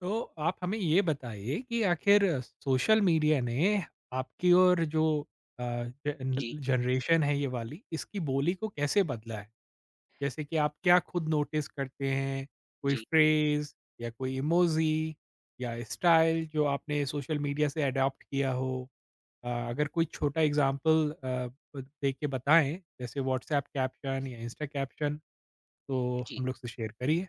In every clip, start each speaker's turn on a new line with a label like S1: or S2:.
S1: तो आप हमें ये बताइए कि आखिर सोशल मीडिया ने आपकी और जो
S2: जी,
S1: जनरेशन है ये वाली इसकी बोली को कैसे बदला है। जैसे कि आप क्या खुद नोटिस करते हैं, कोई
S2: जी,
S1: फ्रेज या कोई इमोजी या स्टाइल जो आपने सोशल मीडिया से अडॉप्ट किया हो। अगर कोई छोटा एग्जांपल दे के बताएं, जैसे व्हाट्सएप कैप्शन या इंस्टा कैप्शन, तो
S2: जी,
S1: हम लोग से शेयर करिए।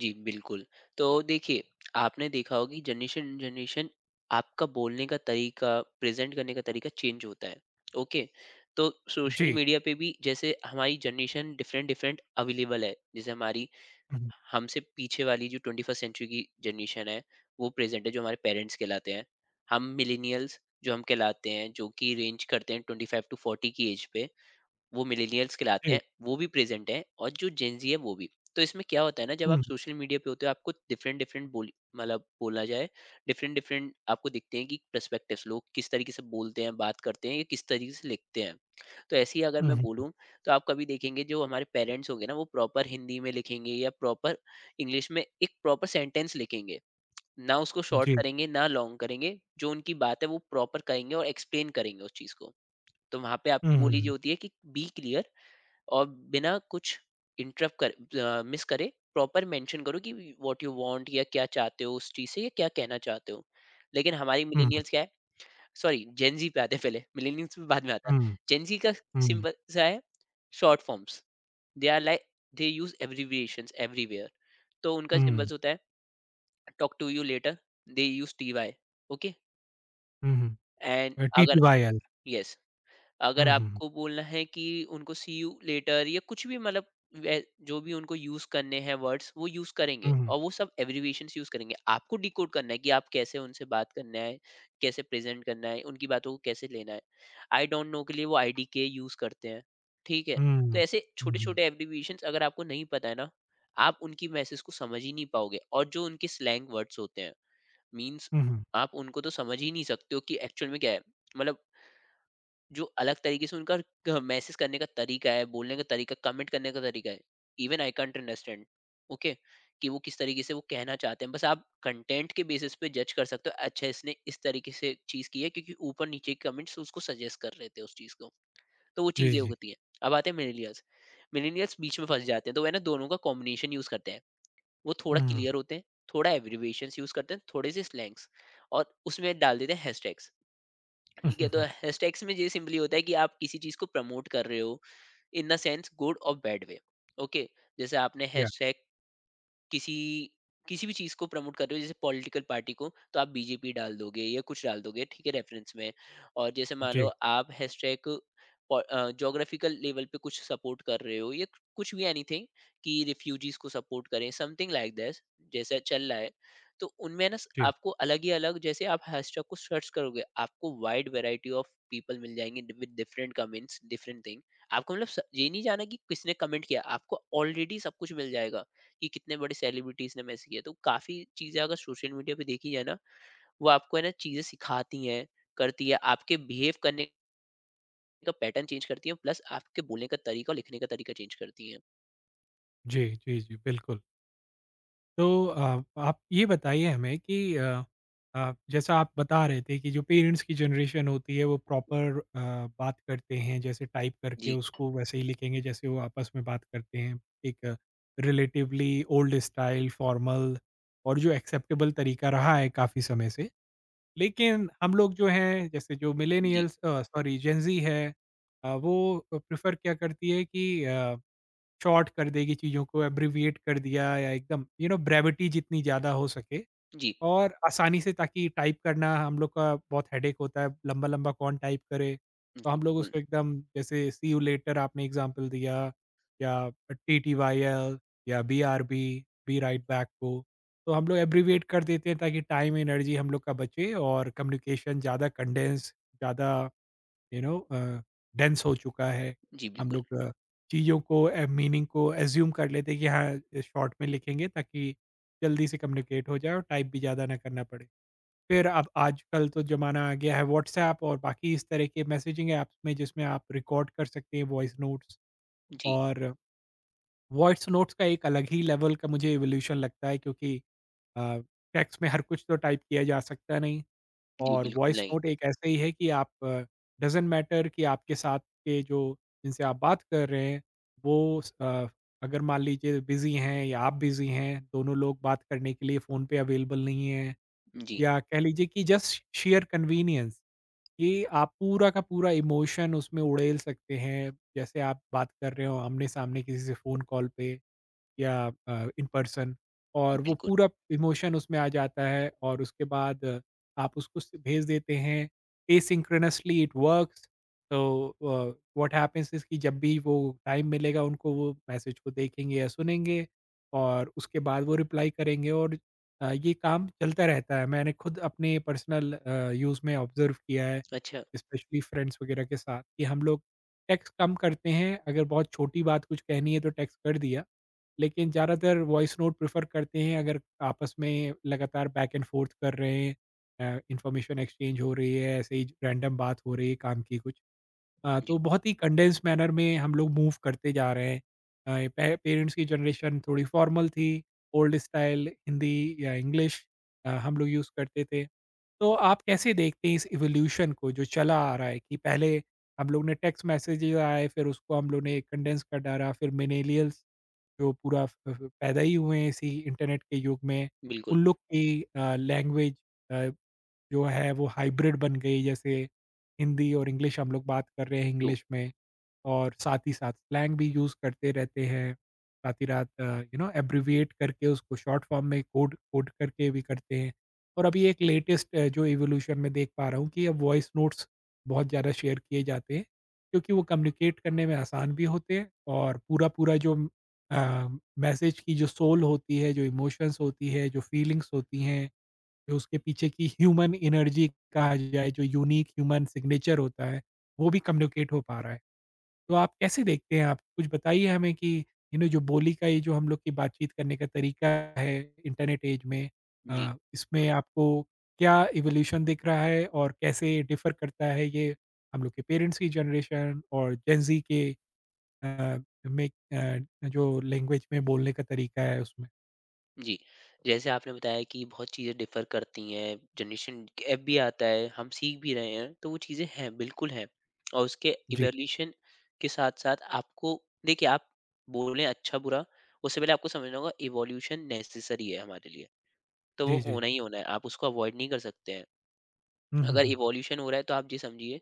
S2: जी, बिल्कुल। तो देखिए, आपने देखा होगा कि जनरेशन टू जनरेशन आपका बोलने का तरीका, प्रेज़ेंट करने का तरीका चेंज होता है, ओके? तो सोशल
S1: जी।
S2: मीडिया पे भी जैसे हमारी जनरेशन डिफरेंट-डिफरेंट अवेलेबल है। जैसे हमारी
S1: हम्म।
S2: हमसे पीछे वाली जो 21st सेंचुरी की जनरेशन है, वो प्रेज़ेंट है, जो हमारे पेरेंट्स कहलाते हैं। हम मिलेनियल्स जो हम कहलाते हैं, जो कि रेंज करते हैं 25 टू 40 की ऐज पे। वो मिलेनियल्स कहलाते
S1: जी।
S2: हैं, वो भी प्रेज़ेंट हैं और जो जेन ज़ी है वो भी। तो इसमें क्या होता है ना, जब आप
S1: हम्म।
S2: सोशल मीडिया पे होते हो आपको डिफ़रेंट-डिफ़रेंट बोल मतलब बोला जाए, डिफ़रेंट-डिफ़रेंट आपको दिखते हैं कि पर्सपेक्टिव्स लोग किस तरीके से बोलते हैं, बात करते हैं या किस तरीके से लिखते हैं। तो ऐसे ही अगर मैं
S1: हम्म।
S2: बोलूँ, तो आप कभी देखेंगे जो हमारे पेरेंट्स होंगे ना वो प्रॉपर हिंदी में लिखेंगे या प्रॉपर इंग्लिश में एक प्रॉपर सेंटेंस लिखेंगे। ना उसको शॉर्ट
S1: जी।
S2: करेंगे, ना लॉन्ग करेंगे, जो उनकी बात है वो प्रॉपर करेंगे और एक्सप्लेन करेंगे उस चीज़ को। तो वहाँ पे आपकी बोली जो
S1: हम्म।
S2: होती है कि बी क्लियर, और बिना कुछ इंटरप्ट कर मिस करे प्रॉपर मेंशन करो कि व्हाट यू वांट, या क्या चाहते हो उस चीज से, या क्या कहना चाहते हो। लेकिन हमारी
S1: हम्म।
S2: मिलेनियल्स क्या है, सॉरी जेनजी पे आते हैं पहले, मिलेनियल्स में बाद में आता है।
S1: हम्म।
S2: जेनजी का
S1: हम्म।
S2: सिंपल सा है, short forms. They are like, they use abbreviations everywhere. तो उनका
S1: हम्म।
S2: सिंबल्स होता है talk to you later, they use TY, okay?
S1: Hmm.
S2: And अगर,
S1: टीटीबीएल।
S2: यस, अगर
S1: हम्म। हम्म।
S2: आपको बोलना है कि उनको सी यू लेटर या कुछ भी, मतलब वे- जो भी उनको यूज करने हैं वर्ड्स वो यूज करेंगे,
S1: हम्म।
S2: और वो सब एब्रिविएशन यूज करेंगे। आपको डिकोड करना है कि आप कैसे उनसे बात करना है, कैसे प्रेजेंट करना है, उनकी बातों को कैसे लेना है। आई डोंट नो के लिए वो IDK यूज करते हैं, ठीक है? तो
S1: हम्म।
S2: ऐसे छोटे
S1: हम्म।
S2: छोटे एब्रिविएशन अगर आपको नहीं पता है ना, आप उनकी मैसेज को समझ ही नहीं पाओगे, और जो उनके स्लैंग वर्ड्स होते हैं, मीन्स,
S1: हम्म।
S2: आप उनको तो समझ ही नहीं सकते हो कि एक्चुअल में क्या है। मतलब जो अलग तरीके से उनका मैसेज करने का तरीका है, बोलने का तरीका, कमेंट करने का तरीका है, even I can't understand, okay? कि वो किस तरीके से वो कहना चाहते हैं। बस आप कंटेंट के बेसिस पे जज कर सकते हो, अच्छा इसने इस तरीके से चीज की है क्योंकि ऊपर नीचे के कमेंट्स उसको सजेस्ट कर रहे थे उस चीज को। तो वो
S1: जी
S2: चीजें
S1: जी।
S2: होती हैं। अब आते हैं मिलेनियल्स। मिलेनियल्स बीच में फंस जाते हैं, तो वह ना दोनों का कॉम्बिनेशन यूज करते हैं। वो थोड़ा
S1: हम्म।
S2: क्लियर होते हैं, थोड़ा एब्रिविएशन यूज करते हैं, थोड़े से स्लैंग्स, और उसमें डाल देते हैं हैशटैग्स।
S1: हम्म।
S2: ठीक है, तो
S1: हम्म।
S2: हैशटैग्स में ये सिंपली होता है कि आप किसी चीज को प्रमोट कर रहे हो, इन द सेंस गुड और बैड वे, ओके? जैसे आपने
S1: या।
S2: हैशटैग किसी किसी भी चीज को प्रमोट कर रहे हो, जैसे पॉलिटिकल पार्टी को तो आप BJP डाल दोगे या कुछ डाल दोगे, ठीक है, रेफरेंस में। और जैसे मान लो
S1: जी।
S2: आप हैशटैग जोग्राफिकल लेवल पे कुछ सपोर्ट कर रहे हो, या कुछ भी एनीथिंग, कि रिफ्यूजीज को सपोर्ट करें, समथिंग लाइक दैट, जैसा चल रहा है। तो उनमें ना
S1: जी
S2: आपको अलग ही अलग, जैसे आप हैशटैग को सर्च करोगे आपको वाइड वैरायटी ऑफ पीपल मिल जाएंगे with different comments, different thing. आपको मतलब ये नहीं जाना कि किसने कमेंट किया, आपको ऑलरेडी सब कुछ मिल जाएगा, कि कितने बड़े सेलिब्रिटीज ने मैसेज किया। तो काफी चीजें अगर सोशल मीडिया पे देखी जाए ना, वो आपको है ना चीजें सिखाती हैं, करती है, आपके बिहेव करने का पैटर्न चेंज करती है, प्लस आपके बोलने का तरीका और लिखने का तरीका चेंज करती है।
S1: जी जी। जी बिल्कुल। तो आप ये बताइए हमें कि जैसा आप बता रहे थे कि जो पेरेंट्स की जनरेशन होती है वो प्रॉपर बात करते हैं, जैसे टाइप करके
S2: जी,
S1: उसको वैसे ही लिखेंगे जैसे वो आपस में बात करते हैं। एक रिलेटिवली ओल्ड स्टाइल फॉर्मल और जो एक्सेप्टेबल तरीका रहा है काफ़ी समय से। लेकिन हम लोग जो हैं, जैसे जो
S2: जी,
S1: मिलेनियल्स सॉरी जेंजी है, वो प्रेफर क्या करती है कि शॉर्ट कर देगी चीज़ों को, एब्रिविएट कर दिया, या एकदम यू नो ब्रेविटी जितनी ज़्यादा हो सके
S2: जी,
S1: और आसानी से, ताकि टाइप करना हम लोग का बहुत हेडेक होता है, लंबा-लंबा कौन टाइप करे? तो
S2: जी,
S1: हम लोग
S2: बिल्कुल।
S1: उसको एकदम जैसे सी यू लेटर आपने एग्ज़ाम्पल दिया, या टीटीवायल, या BRB, be be right back को, तो हम लोग एब्रिविएट कर देते हैं ताकि टाइम, एनर्जी हम लोग का बचे और कम्युनिकेशन ज़्यादा कंडेंस, ज़्यादा यू नो अ, डेंस हो चुका है।
S2: जी,
S1: हम
S2: बिल्कुल।
S1: लोग चीज़ों को मीनिंग को अज़्यूम कर लेते हैं कि हाँ, शॉर्ट में लिखेंगे ताकि जल्दी से कम्युनिकेट हो जाए और टाइप भी ज़्यादा ना करना पड़े। फिर अब आजकल तो ज़माना आ गया है व्हाट्सऐप और बाकी इस तरह के मैसेजिंग ऐप्स में, जिसमें आप रिकॉर्ड कर सकते हैं वॉइस नोट्स।
S2: जी,
S1: और वॉइस नोट्स का एक अलग ही लेवल का मुझे इवोल्यूशन लगता है, क्योंकि अ, टेक्स्ट में हर कुछ तो टाइप किया जा सकता नहीं।
S2: जी,
S1: और
S2: बिल्कुल
S1: वॉइस
S2: नहीं।
S1: नोट एक ऐसा ही है कि आप, डज़न्ट मैटर कि आपके साथ के जो जिनसे आप बात कर रहे हैं वो अगर मान लीजिए बिज़ी हैं या आप बिज़ी हैं, दोनों लोग बात करने के लिए फ़ोन पे अवेलेबल नहीं हैं,
S2: जी,
S1: या कह लीजिए कि जस्ट शेयर कन्वीनियंस, कि आप पूरा का पूरा इमोशन उसमें उड़ेल सकते हैं। जैसे आप बात कर रहे हो आमने-सामने किसी से फ़ोन कॉल पे। या इन पर्सन।
S2: जी,
S1: और वो
S2: बिल्कुल।
S1: पूरा इमोशन उसमें आ जाता है और उसके बाद आप उसको भेज देते हैं। एसिंक्रोनसली इट वर्क्स, तो व्हाट हैपेंस इज कि जब भी वो टाइम मिलेगा उनको, वो मैसेज को देखेंगे या सुनेंगे और उसके बाद वो रिप्लाई करेंगे। और ये काम चलता रहता है। मैंने खुद अपने पर्सनल यूज़ में ऑब्जर्व किया है,
S2: अच्छा।
S1: स्पेशली फ्रेंड्स वगैरह के साथ, कि हम लोग टेक्स्ट कम करते हैं। अगर बहुत छोटी बात कुछ कहनी है तो टेक्स्ट कर दिया, लेकिन ज़्यादातर वॉइस नोट प्रेफ़र करते हैं अगर आपस में लगातार बैक एंड फ़ोर्थ कर रहे हैं, इन्फॉर्मेशन एक्सचेंज हो रही है, ऐसे ही रैंडम बात हो रही है काम की कुछ।
S2: जी,
S1: तो बहुत ही कंडेंस मैनर में हम लोग मूव करते जा रहे हैं। अ, पे पेरेंट्स की जनरेशन थोड़ी फ़ॉर्मल थी, ओल्ड स्टाइल हिंदी या इंग्लिश हम लोग यूज़ करते थे। तो आप कैसे देखते हैं इस इवोल्यूशन को जो चला आ रहा है कि पहले हम लोग ने टेक्स्ट मैसेजेज़ आए, फिर उसको हम लोग ने कंडेंस कर डाला, फिर मिलेनियल्स जो पूरा फ फ पैदा ही हुए हैं इसी इंटरनेट के युग में,
S2: बिल्कुल।
S1: उन लोग की लैंग्वेज अ, जो है वो हाइब्रिड बन गई। जैसे हिंदी और इंग्लिश हम लोग बात कर रहे हैं
S2: ट्रू।
S1: इंग्लिश में। और साथ ही साथ स्लैंग भी यूज़ करते रहते हैं। साथ ही रात यू नो एब्रिविएट करके उसको शॉर्ट फॉर्म में कोड कोड करके भी करते हैं। और अभी एक लेटेस्ट जो इवोल्यूशन मैं देख पा रहा हूँ कि अब वॉइस नोट्स बहुत ज़्यादा शेयर किए जाते हैं, क्योंकि वो कम्युनिकेट करने में आसान भी होते हैं और पूरा-पूरा जो अ, मैसेज की जो सोल होती है, जो इमोशंस होती है, जो फीलिंग्स होती हैं, जो उसके पीछे की ह्यूमन एनर्जी कहा जाए, जो यूनिक ह्यूमन सिग्नेचर होता है, वो भी कम्युनिकेट हो पा रहा है। तो आप कैसे देखते हैं आप? कुछ बताइए हमें कि यू नो जो बोली का ये जो हम लोग की बातचीत करने का तरीका है इंटरनेट ऐज में,
S2: जी,
S1: इसमें आपको क्या इवोल्यूशन दिख रहा है और कैसे डिफर करता है ये हम लोग के पेरेंट्स की जनरेशन और जेन ज़ी के अ, जो लैंग्वेज में बोलने का तरीका है उसमें?
S2: जी, जैसे आपने बताया कि बहुत चीज़ें डिफ़र करती हैं, जनरेशन गैप भी आता है, हम सीख भी रहे हैं, तो वो चीज़ें हैं, बिल्कुल हैं। और उसके
S1: जी,
S2: इवोल्यूशन के साथ-साथ आपको देखिए, आप बोलें अच्छा-बुरा, उससे पहले आपको समझना होगा इवोल्यूशन नेसेसरी है हमारे लिए, तो वो
S1: जी, जी,
S2: होना
S1: जी।
S2: ही होना है, आप उसको अवॉइड नहीं कर सकते हैं।
S1: हुँ, हुँ,
S2: अगर
S1: हुँ।
S2: इवोल्यूशन हो रहा है तो आप ये समझिए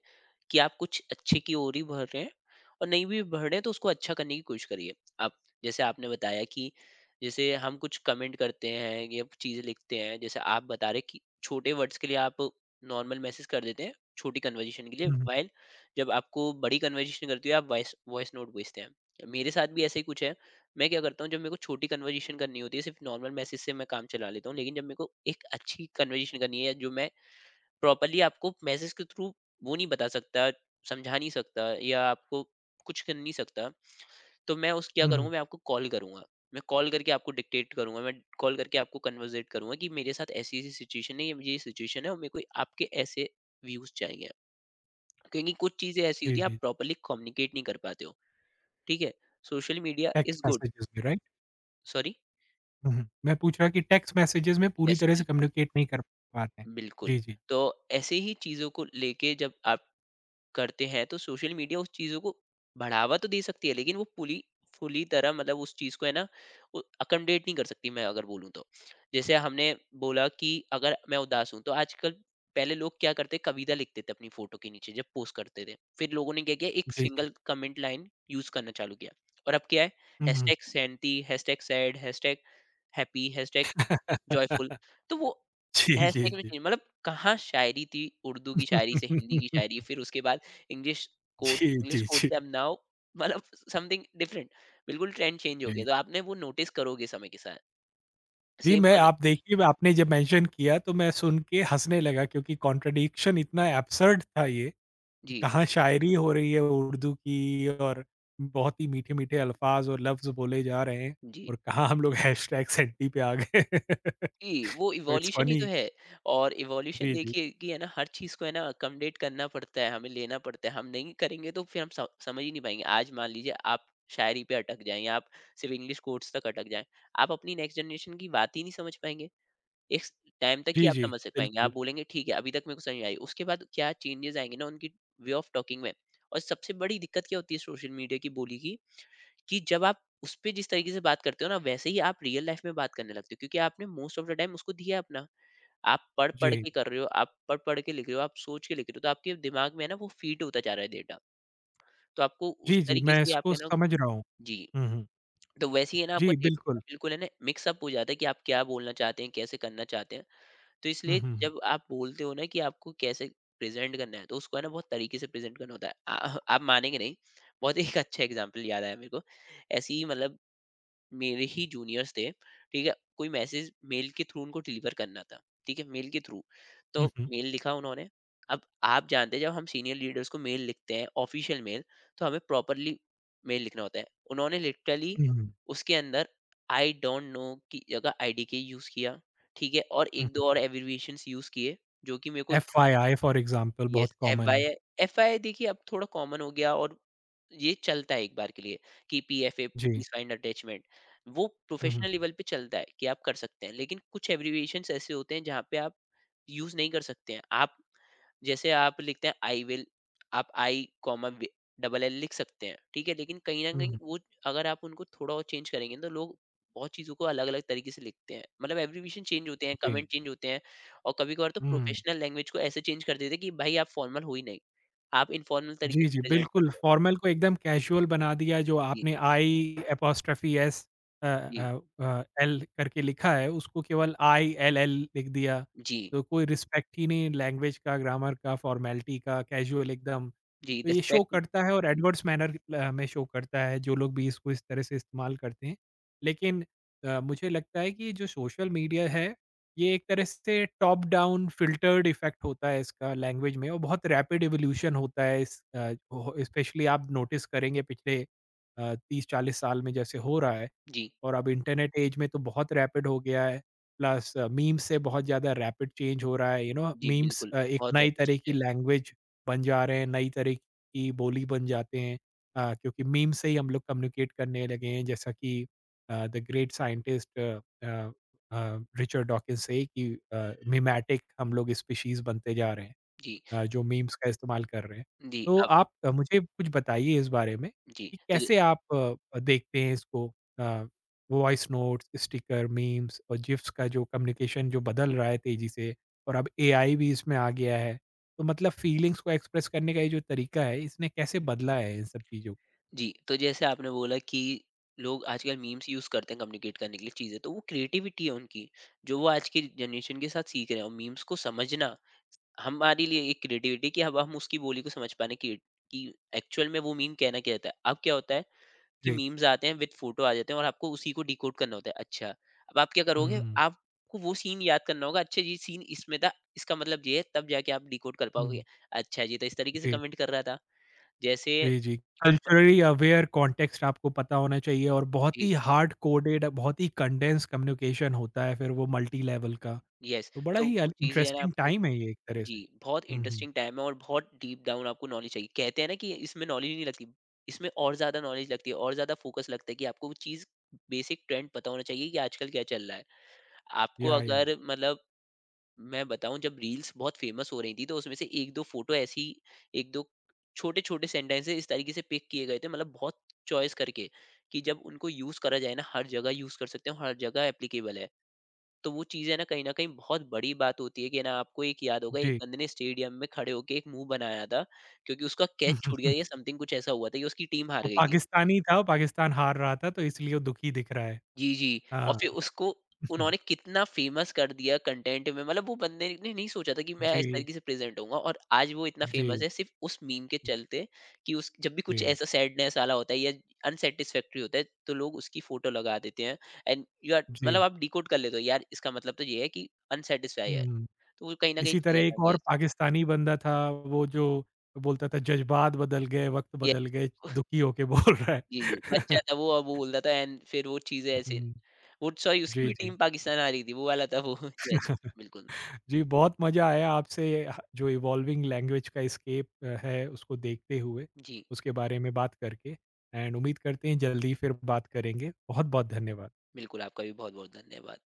S2: कि आप कुछ अच्छे की ओर ही बढ़ रहे हैं, और नहीं भी बढ़ रहे हैं तो उसको अच्छा करने की कोशिश करिए। आप जैसे आपने बताया कि जैसे हम कुछ कमेंट करते हैं या चीज़ें लिखते हैं, जैसे आप बता रहे कि छोटे वर्ड्स के लिए आप नॉर्मल मैसेज कर देते हैं, छोटी कन्वर्जेशन के लिए,
S1: हुँ, हुँ।
S2: वाइल जब आपको बड़ी कन्वर्जेशन करती है आप वॉइस वॉइस नोट भेजते हैं। मेरे साथ भी ऐसा ही कुछ है। मैं क्या करता हूँ, जब मेरे को छोटी कन्वर्जेशन करनी होती है सिर्फ नॉर्मल मैसेज से मैं काम चला लेता हूँ, लेकिन जब मेरे को एक अच्छी कन्वर्जेशन करनी है, जो मैं प्रॉपर्ली आपको मैसेज के थ्रू वो नहीं बता सकता, समझा नहीं सकता, या आपको कुछ कर नहीं सकता, तो मैं उस क्या
S1: हुँ,
S2: करूँगा,
S1: हुँ।
S2: मैं आपको कॉल करूँगा। मैं कॉल करके आपको डिक्टेट करूँगा, मैं कॉल करके आपको कन्वर्सेट करूँगा कि मेरे साथ ऐसी-ऐसी सिचुएशन है, ये सिचुएशन है, और मेरे को आपके ऐसे व्यूज़ चाहिए। क्योंकि कुछ चीज़ें ऐसी
S1: जी,
S2: होती हैं आप
S1: जी।
S2: प्रॉपर्ली कम्युनिकेट नहीं कर पाते हो, ठीक है? Social media
S1: text
S2: is good.
S1: Messages में राइट?
S2: सॉरी?
S1: हुँ, हुँ। मैं पूछ रहा कि टेक्स्ट मैसेजेज़ में पूरी
S2: यस,
S1: तरह से
S2: बिल्कुल,
S1: कम्युनिकेट नहीं कर पाते हैं।
S2: बिल्कुल।
S1: जी, जी।
S2: तो ऐसे ही चीज़ों को लेके जब आप करते हैं तो सोशल मीडिया उस चीज़ों को बढ़ावा तो दे सकती है लेकिन वो पूरी पूरी तरह, मतलब उस चीज़ को है ना अकोमोडेट नहीं कर सकती, मैं अगर बोलूँ तो। जैसे हमने बोला कि अगर मैं उदास हूँ, तो आजकल, पहले लोग क्या करते, कविता लिखते थे अपनी फोटो के नीचे जब पोस्ट करते थे, फिर लोगों ने क्या किया, एक
S1: जी, जी।
S2: सिंगल कमेंट लाइन यूज करना चालू किया। और अब क्या है,
S1: हुँ।
S2: हैशटैग सैंती, hashtag sad, hashtag happy, joyful. तो वो
S1: जी, जी,
S2: हैशटैग में
S1: जी।
S2: चेंज, मतलब कहाँ शायरी थी उर्दू की शायरी से हिंदी की शायरी, फिर उसके बाद इंग्लिश, कोड
S1: जी,
S2: इंग्लिश
S1: जी,
S2: कोड
S1: जी,
S2: से अब नाउ, मतलब समथिंग डिफरेंट। बिल्कुल ट्रेंड चेंज हो गया,
S1: जी।
S2: तो आपने वो नोटिस करोगे समय के साथ।
S1: जी,
S2: सेम,
S1: मैं
S2: मतलब।
S1: आप देखिए आपने जब मेंशन किया तो मैं सुन के हँसने लगा क्योंकि कॉन्ट्रडिक्शन इतना एब्सर्ड था ये, कि
S2: जी,
S1: कहाँ शायरी हो रही है उर्दू की और बहुत ही मीठे-मीठे अल्फाज और लफ्ज़ बोले जा रहे हैं
S2: जी,
S1: और कहाँ हम लोग हैशटैग सेंटी पे आ गए।
S2: जी, वो
S1: तो इट्स
S2: इवोल्यूशन ही तो
S1: फनी।
S2: है। और इवोल्यूशन
S1: जी, जी।
S2: देखिए कि है ना, हर चीज को है ना अकोमोडेट करना पड़ता है, हमें लेना पड़ता है, हम नहीं करेंगे तो फिर हम समझ ही नहीं पाएंगे। आज मान लीजिए आप शायरी पे अटक जाएं, या आप सिर्फ इंग्लिश कोर्स तक अटक जाएं, आप अपनी नेक्स्ट जनरेशन की बात ही नहीं समझ पाएंगे। एक टाइम तक ही
S1: जी,
S2: आप
S1: जी,
S2: समझ सक पाएंगे, आप
S1: बिल्कुल।
S2: बोलेंगे ठीक है अभी तक मेरे को समझ आई, उसके बाद क्या चेंजेस आएंगे ना उनकी वे ऑफ टॉकिंग में। और सबसे बड़ी दिक्कत क्या होती है सोशल मीडिया की बोली की, कि जब आप उसपे जिस तरीके से बात करते हो ना, वैसे ही आप रियल लाइफ में बात करने लगते हो, क्योंकि आपने मोस्ट ऑफ द टाइम उसको दिया है अपना। आप पढ़-पढ़
S1: जी।
S2: के कर रहे हो, आप पढ़-पढ़ के लिख रहे हो, आप सोच के लिख रहे हो, तो आपके दिमाग में है ना वो फ़ीड होता जा रहा है डेटा। तो आपको उस
S1: जी, जी,
S2: तरीके
S1: मैं
S2: से
S1: इसको
S2: आपके ना,
S1: समझ रहा हूँ।
S2: जी,
S1: हुँ, हुँ।
S2: तो वैसे ही है ना आपका
S1: जी,
S2: डेटा
S1: बिल्कुल।
S2: बिल्कुल है ना मिक्स अप हो जाता है कि आप क्या बोलना चाहते हैं, कैसे करना चाहते हैं। तो
S1: हुँ,
S2: इसलिए
S1: हुँ, हुँ।
S2: जब आप बोलते हो ना कि आपको कैसे प्रेज़ेंट करना है, तो उसको है ना बहुत तरीके से प्रेज़ेंट करना होता है। आ आप मानेंगे नहीं, बहुत एक अच्छा एग्ज़ाम्पल याद आया मेरे को। ऐसे ही, मतलब मेरे ही जूनियर्स थे, ठीक है? कोई मैसेज मेल के थ्रू उनको डिलीवर करना था, ठीक है? मेल के थ्रू। तो
S1: हुँ, हुँ।
S2: मेल लिखा उन्होंने। अब आप जानते हैं जब हम सीनियर लीडर्स को मेल लिखते हैं ऑफिशियल मेल, तो हमें प्रॉपर्ली मेल लिखना होता है। उन्होंने लिटरली
S1: हुँ, हुँ।
S2: उसके अंदर आई डोंट नो की जगह IDK यूज़ किया, ठीक है? और
S1: हुँ, हुँ।
S2: 1-2 और एब्रिविएशंस यूज़ किए, जो कि मेरे को,
S1: एफआईआई फ़ॉर एग्ज़ाम्पल
S2: यस,
S1: बहुत कॉमन
S2: FY,
S1: है।
S2: FY देखिए अब थोड़ा कॉमन हो गया, और ये चलता है एक बार के लिए कि PFA,
S1: जी।
S2: प्लीज फाइंड अटैचमेंट, वो
S1: हुँ, हुँ,
S2: प्रोफेशनल लेवल पे चलता है कि आप कर सकते हैं, लेकिन कुछ एब्रिविएशंस ऐसे होते हैं जहाँ पे आप यूज नहीं कर सकते हैं। आप जैसे आप लिखते हैं आई विल, आप आई कॉमा डबल एल लिख सकते हैं, ठीक है, लेकिन कहीं ना
S1: हुँ,
S2: कहीं
S1: हुँ।
S2: वो, अगर आप उनको थोड़ा और चेंज करेंगे तो लोग, बहुत चीजों को अलग अलग तरीके से लिखते हैं, मतलब एब्रीविएशन चेंज होते हैं,
S1: जी।
S2: कमेंट चेंज होते हैं, और कभी कभार तो
S1: हुँ।
S2: प्रोफेशनल लैंग्वेज को ऐसे चेंज कर देते हैं कि भाई आप फॉर्मल हो ही नहीं, आप इनफॉर्मल
S1: जी,
S2: तरीके से
S1: जी,
S2: प्रेजेंट कर
S1: बिल्कुल
S2: रहे हो।
S1: फ़ॉर्मल को एकदम कैजुअल बना दिया। जो
S2: जी,
S1: आपने आई एपॉस्ट्रोफ़ी एस
S2: जी,
S1: एल करके लिखा है उसको केवल आईएलएल लिख दिया।
S2: जी,
S1: तो कोई रिस्पेक्ट ही नहीं लैंग्वेज का, ग्रामर का, फ़ॉर्मेलिटी का, कैजुअल एकदम।
S2: जी,
S1: तो ये शो
S2: रिस्पेक्ट,
S1: करता है और
S2: जी,
S1: एडवर्स मैनर में शो करता है जो लोग भी इसको इस तरह से इस्तेमाल करते हैं। लेकिन मुझे लगता है कि जो सोशल मीडिया है ये एक तरह से टॉप डाउन फ़िल्टर्ड इफ़ेक्ट होता है इसका लैंग्वेज में, और बहुत रैपिड इवोल्यूशन होता है इस अ, हो स्पेशली आप नोटिस करेंगे पिछले 30-40 साल में जैसे हो रहा है।
S2: जी,
S1: और अब इंटरनेट ऐज में तो बहुत रैपिड हो गया है। प्लस मीम्स से बहुत ज़्यादा रैपिड चेंज हो रहा है, यू नो
S2: जी,
S1: मीम्स
S2: बिल्कुल,
S1: एक
S2: बहुत
S1: नई
S2: रैपिड
S1: तरह
S2: चीज
S1: की
S2: है।
S1: लैंग्वेज बन जा रहे हैं, नई तरह की बोली बन जाते हैं, क्योंकि मीम से ही हम लोग कम्युनिकेट करने लगे हैं। जैसा कि the great scientist uh uh, Richard Dawkins से कि मीमैटिक हम लोग स्पीशीज़ बनते जा रहे हैं,
S2: जी,
S1: जो मीम्स का इस्तेमाल कर रहे हैं।
S2: जी,
S1: तो
S2: अब,
S1: आप मुझे कुछ बताइए इस बारे में
S2: जी,
S1: कि
S2: तो
S1: कैसे आप देखते हैं इसको, uh, voice notes, sticker, memes और गिफ्स का जो कम्युनिकेशन जो बदल रहा है तेज़ी से, और अब एआई भी इसमें आ गया है। तो मतलब फीलिंग्स को एक्सप्रेस करने का ये जो तरीका है इसने कैसे बदला है इन सब चीज़ों को?
S2: जी, तो जैसे आपने बोला कि लोग आजकल मीम्स यूज़ करते हैं कम्युनिकेट करने के लिए चीज़ें, तो वो क्रिएटिविटी है उनकी, जो वो आज की जनरेशन के साथ सीख रहे हैं, और मीम्स को समझना हमारे लिए एक क्रिएटिविटी, कि अब हम उसकी बोली को समझ पाने कि एक्चुअल में वो मीम कहना क्या चाहता है। अब क्या होता है कि
S1: जी।
S2: मीम्स आते हैं विद फ़ोटो आ जाते हैं, और आपको उसी को डिकोड करना होता है। अच्छा, अब आप क्या करोगे?
S1: हुँ,
S2: आपको वो सीन याद करना होगा, अच्छा ये सीन इसमें था, इसका मतलब ये है, तब जाके आप डिकोड कर
S1: हुँ,
S2: पाओगे।
S1: हुँ,
S2: अच्छा, ये तो इस तरीके से
S1: जी।
S2: कमेंट कर रहा था। जैसे,
S1: जी, जी।
S2: प
S1: कल्चरली अवेयर कॉन्टेक्स्ट आपको पता होना चाहिए और बहुत
S2: जी।
S1: ही हार्ड कोडेड बहुत ही कंडेंस कम्युनिकेशन होता है फिर वो मल्टी लेवल का।
S2: यस,
S1: तो बड़ा
S2: तो
S1: ही
S2: वो
S1: अल
S2: चीज़ें है ना
S1: इंटरेस्टिंग
S2: आपको,
S1: टाइम है ये एक तरह
S2: जी,
S1: से।
S2: बहुत
S1: हुँ, हुँ।
S2: इंटरेस्टिंग टाइम है और बहुत डीप डाउन आपको नॉलेज चाहिए, कहते हैं ना कि इसमें नॉलेज नहीं लगती, इसमें और ज़्यादा नॉलेज लगती है और ज़्यादा फोकस लगता है कि आपको वो चीज़, बेसिक ट्रेंड पता होना चाहिए कि आजकल क्या चल रहा है, आपको
S1: या, या।
S2: अगर, मतलब मैं बताऊं, जब रील्स बहुत फेमस हो रही थी, तो उसमें से एक दो फोटो ऐसी, एक दो छोटे छोटे सेंटेंसेस इस तरीके से पिक किए गए थे, मतलब बहुत चॉइस करके कि जब उनको यूज़ करा जाए ना हर जगह यूज़ कर सकते हो, हर जगह एप्लीकेबल है। तो वो चीज़ें ना कहीं न कहीं बहुत बड़ी बात होती है, कि ना आपको एक याद होगा, एक
S1: जी।
S2: बंदे ने स्टेडियम में खड़े होके एक मुँह बनाया था, क्योंकि उसका कैच छूट गया या समथिंग, कुछ ऐसा हुआ था कि उसकी टीम हार
S1: वो
S2: गई थी।
S1: पाकिस्तानी था, वो पाकिस्तान हार रहा था तो इसलिए वो दुखी दिख रहा है।
S2: जी, जी। और
S1: हाँ।
S2: फिर उसको उन्होंने कितना फ़ेमस कर दिया कंटेंट में, मतलब वो बंदे ने नहीं सोचा था कि मैं इस
S1: जी,
S2: तरीके से प्रेज़ेंट होऊँगा, और आज वो इतना फ़ेमस
S1: जी,
S2: है सिर्फ़ उस मीम के चलते, कि उस जब भी कुछ
S1: जी,
S2: ऐसा सैडनेस वाला होता है या अनसैटिस्फैक्टरी होता है, तो लोग उसकी फ़ोटो लगा देते हैं, एंड यू आर,
S1: जी।
S2: मतलब आप डिकोड कर लेते हो यार, इसका मतलब तो ये है कि अनसैटिस्फाई है।
S1: हुँ।
S2: तो वो कहीं न कहीं
S1: इसी तरह
S2: चीज़ें
S1: एक
S2: ना,
S1: और
S2: यस,
S1: पाकिस्तानी बंदा था वो जो बोलता था जज़्बात बदल गए, वक़्त
S2: यस।
S1: बदल गए, दुखी होके बोल रहा है।
S2: जी, जी, बच्चा था वो और वो बोल रहा था, एंड फिर वो चीज़ें ऐसे,
S1: हुँ,
S2: वो सॉरी उसकी भी,
S1: जी,
S2: हुँ,
S1: जी।
S2: टीम पाकिस्तान आ रही थी, वो वाला था वो। यस, बिल्कुल।
S1: जी, बहुत मज़ा आया आपसे ह जो इवॉल्विंग लैंग्वेज का स्केप है उसको देखते हुए,
S2: जी,
S1: उसके बारे में बात करके। एंड उम्मीद करते हैं जल्दी फिर बात करेंगे। बहुत-बहुत धन्यवाद।
S2: बिल्कुल, आपका भी बहुत-बहुत धन्यवाद।